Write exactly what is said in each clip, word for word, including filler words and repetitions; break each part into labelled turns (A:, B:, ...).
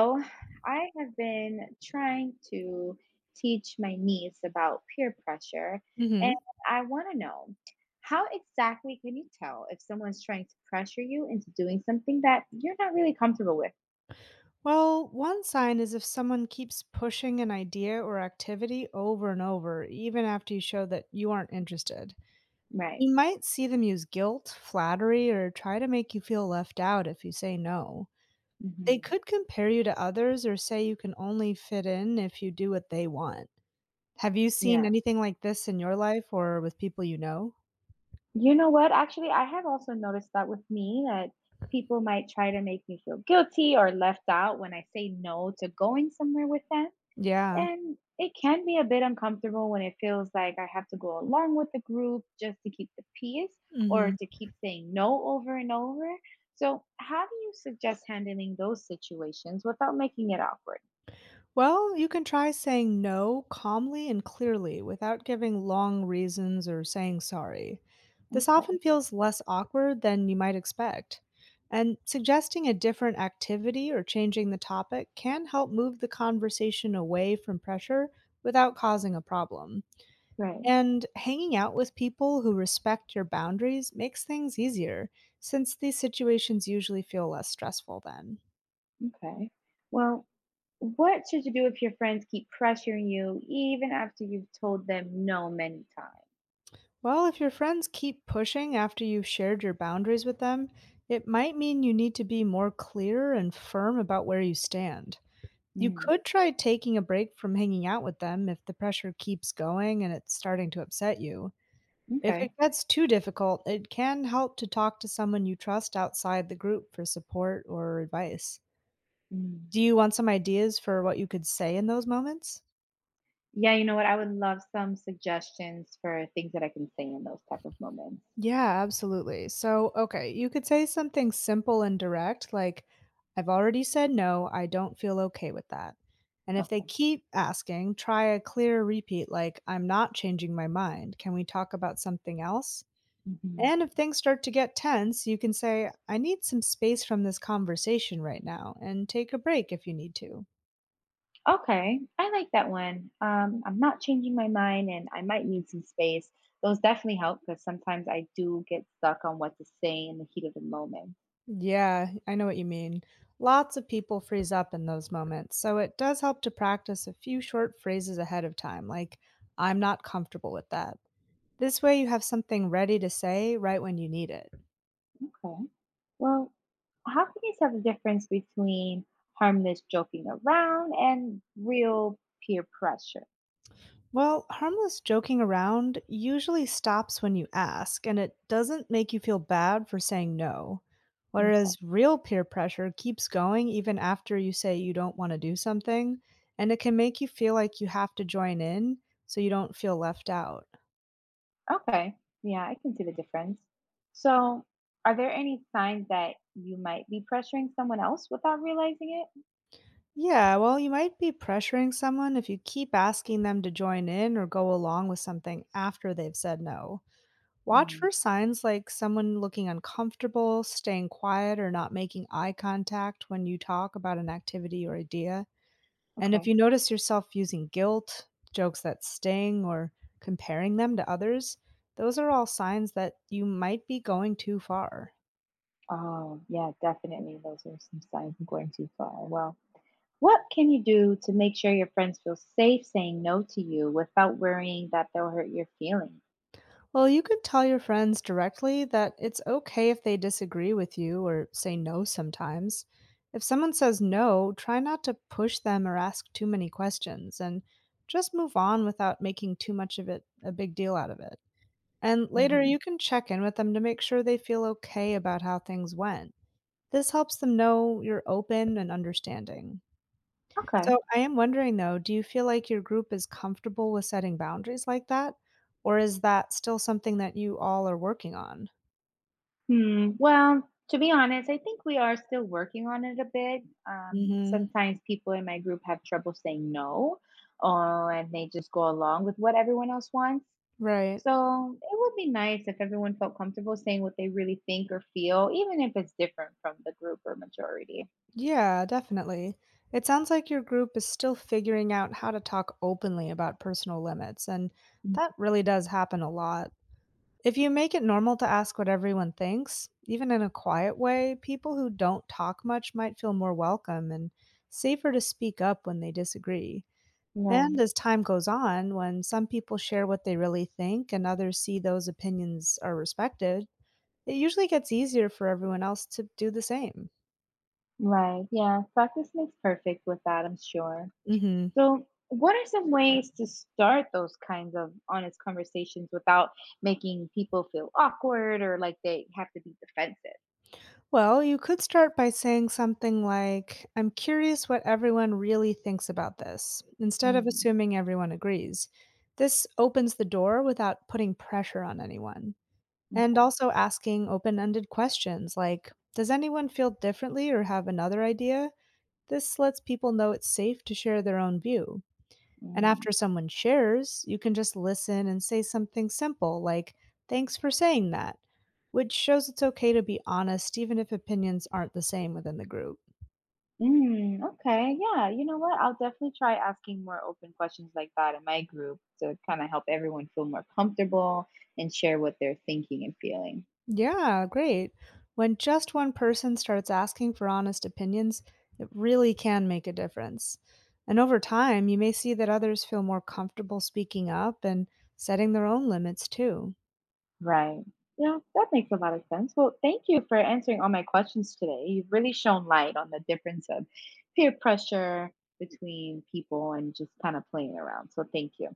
A: So, I have been trying to teach my niece about peer pressure, and
B: Mhm.
A: I want to know how exactly can you tell if someone's trying to pressure you into doing something that you're not really comfortable with?
B: Well, one sign is if someone keeps pushing an idea or activity over and over, even after you show that you aren't interested.
A: Right.
B: You might see them use guilt, flattery, or try to make you feel left out if you say no. They
A: Hmm.
B: could compare you to others or say you can only fit in if you do what they want. Have you seen
A: Yeah.
B: anything like this in your life or with people you know?
A: You know what? Actually, I have also noticed that with me that people might try to make me feel guilty or left out when I say no to going somewhere with them.
B: Yeah.
A: And it can be a bit uncomfortable when it feels like I have to go along with the group just to keep the peace or
B: Mhm.
A: to keep saying no over and over. So, how do you suggest handling those situations without making it awkward?
B: Well, you can try saying no calmly and clearly without giving long reasons or saying sorry. This
A: Okay.
B: often feels less awkward than you might expect. And suggesting a different activity or changing the topic can help move the conversation away from pressure without causing a problem.
A: Right.
B: And hanging out with people who respect your boundaries makes things easier, since these situations usually feel less stressful then.
A: Okay. Well, what should you do if your friends keep pressuring you even after you've told them no many times?
B: Well, if your friends keep pushing after you've shared your boundaries with them, it might mean you need to be more clear and firm about where you stand. You
A: Mm.
B: could try taking a break from hanging out with them if the pressure keeps going and it's starting to upset you. If it
A: Okay.
B: gets too difficult, it can help to talk to someone you trust outside the group for support or advice.
A: Mm.
B: Do you want some ideas for what you could say in those moments?
A: Yeah, you know what? I would love some suggestions for things that I can say in those type of moments.
B: Yeah, absolutely. So, okay, you could say something simple and direct, like, I've already said no, I don't feel okay with that. And if they
A: Okay.
B: keep asking, try a clear repeat, like, I'm not changing my mind. Can we talk about something else?
A: Mhm.
B: And if things start to get tense, you can say, I need some space from this conversation right now and take a break if you need to.
A: Okay, I like that one. Um, I'm not changing my mind, and I might need some space. Those definitely help because sometimes I do get stuck on what to say in the heat of the moment.
B: Yeah, I know what you mean. Lots of people freeze up in those moments, so it does help to practice a few short phrases ahead of time, like, I'm not comfortable with that. This way, you have something ready to say right when you need it.
A: Okay. Well, how can you tell the difference between harmless joking around and real peer pressure?
B: Well, harmless joking around usually stops when you ask, and it doesn't make you feel bad for saying no.
A: Okay.
B: Whereas real peer pressure keeps going even after you say you don't want to do something, and it can make you feel like you have to join in so you don't feel left out.
A: Okay. Yeah, I can see the difference. So, are there any signs that you might be pressuring someone else without realizing it?
B: Yeah, well, you might be pressuring someone if you keep asking them to join in or go along with something after they've said no. Watch
A: Mm.
B: for signs like someone looking uncomfortable, staying quiet, or not making eye contact when you talk about an activity or idea. And if
A: Okay.
B: you notice yourself using guilt, jokes that sting, or comparing them to others, those are all signs that you might be going too far.
A: Oh, yeah, definitely. Those are some signs of going too far. Well, what can you do to make sure your friends feel safe saying no to you without worrying that they'll hurt your feelings?
B: Well, you could tell your friends directly that it's okay if they disagree with you or say no sometimes. If someone says no, try not to push them or ask too many questions and just move on without making too much of it a big deal out of it. And later,
A: Hmm.
B: you can check in with them to make sure they feel okay about how things went. This helps them know you're open and understanding.
A: Okay.
B: So I am wondering though, do you feel like your group is comfortable with setting boundaries like that? Or is that still something that you all are working on?
A: Hmm. Well, to be honest, I think we are still working on it a bit. Um,
B: Hmm.
A: sometimes people in my group have trouble saying no, or and they just go along with what everyone else wants.
B: Right.
A: So it would be nice if everyone felt comfortable saying what they really think or feel, even if it's different from the group or majority.
B: Yeah, definitely. It sounds like your group is still figuring out how to talk openly about personal limits, and
A: Mm.
B: that really does happen a lot. If you make it normal to ask what everyone thinks, even in a quiet way, people who don't talk much might feel more welcome and safer to speak up when they disagree. And
A: Right,
B: as time goes on, when some people share what they really think and others see those opinions are respected, it usually gets easier for everyone else to do the same.
A: right. Yeah, practice makes perfect with that, I'm sure.
B: Hmm.
A: So, what are some ways to start those kinds of honest conversations without making people feel awkward or like they have to be defensive?
B: Well, you could start by saying something like, I'm curious what everyone really thinks about this, instead of
A: Mm.
B: assuming everyone agrees. This opens the door without putting pressure on anyone. And
A: Okay.
B: also asking open ended questions like, does anyone feel differently or have another idea? This lets people know it's safe to share their own view. And
A: Mm.
B: after someone shares, you can just listen and say something simple like, thanks for saying that, which shows it's okay to be honest even if opinions aren't the same within the group.
A: Mm. Okay. Yeah. You know what? I'll definitely try asking more open questions like that in my group to kind of help everyone feel more comfortable and share what they're thinking and feeling.
B: Yeah, great. When just one person starts asking for honest opinions, it really can make a difference. And over time, you may see that others feel more comfortable speaking up and setting their own limits too.
A: Right. Yeah, that makes a lot of sense. Well, thank you for answering all my questions today. You've really shown light on the difference of peer pressure between people and just kind of playing around. So, thank you.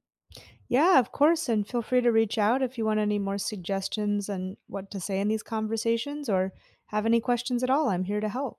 B: Yeah, of course. And feel free to reach out if you want any more suggestions on what to say in these conversations or have any questions at all. I'm here to help.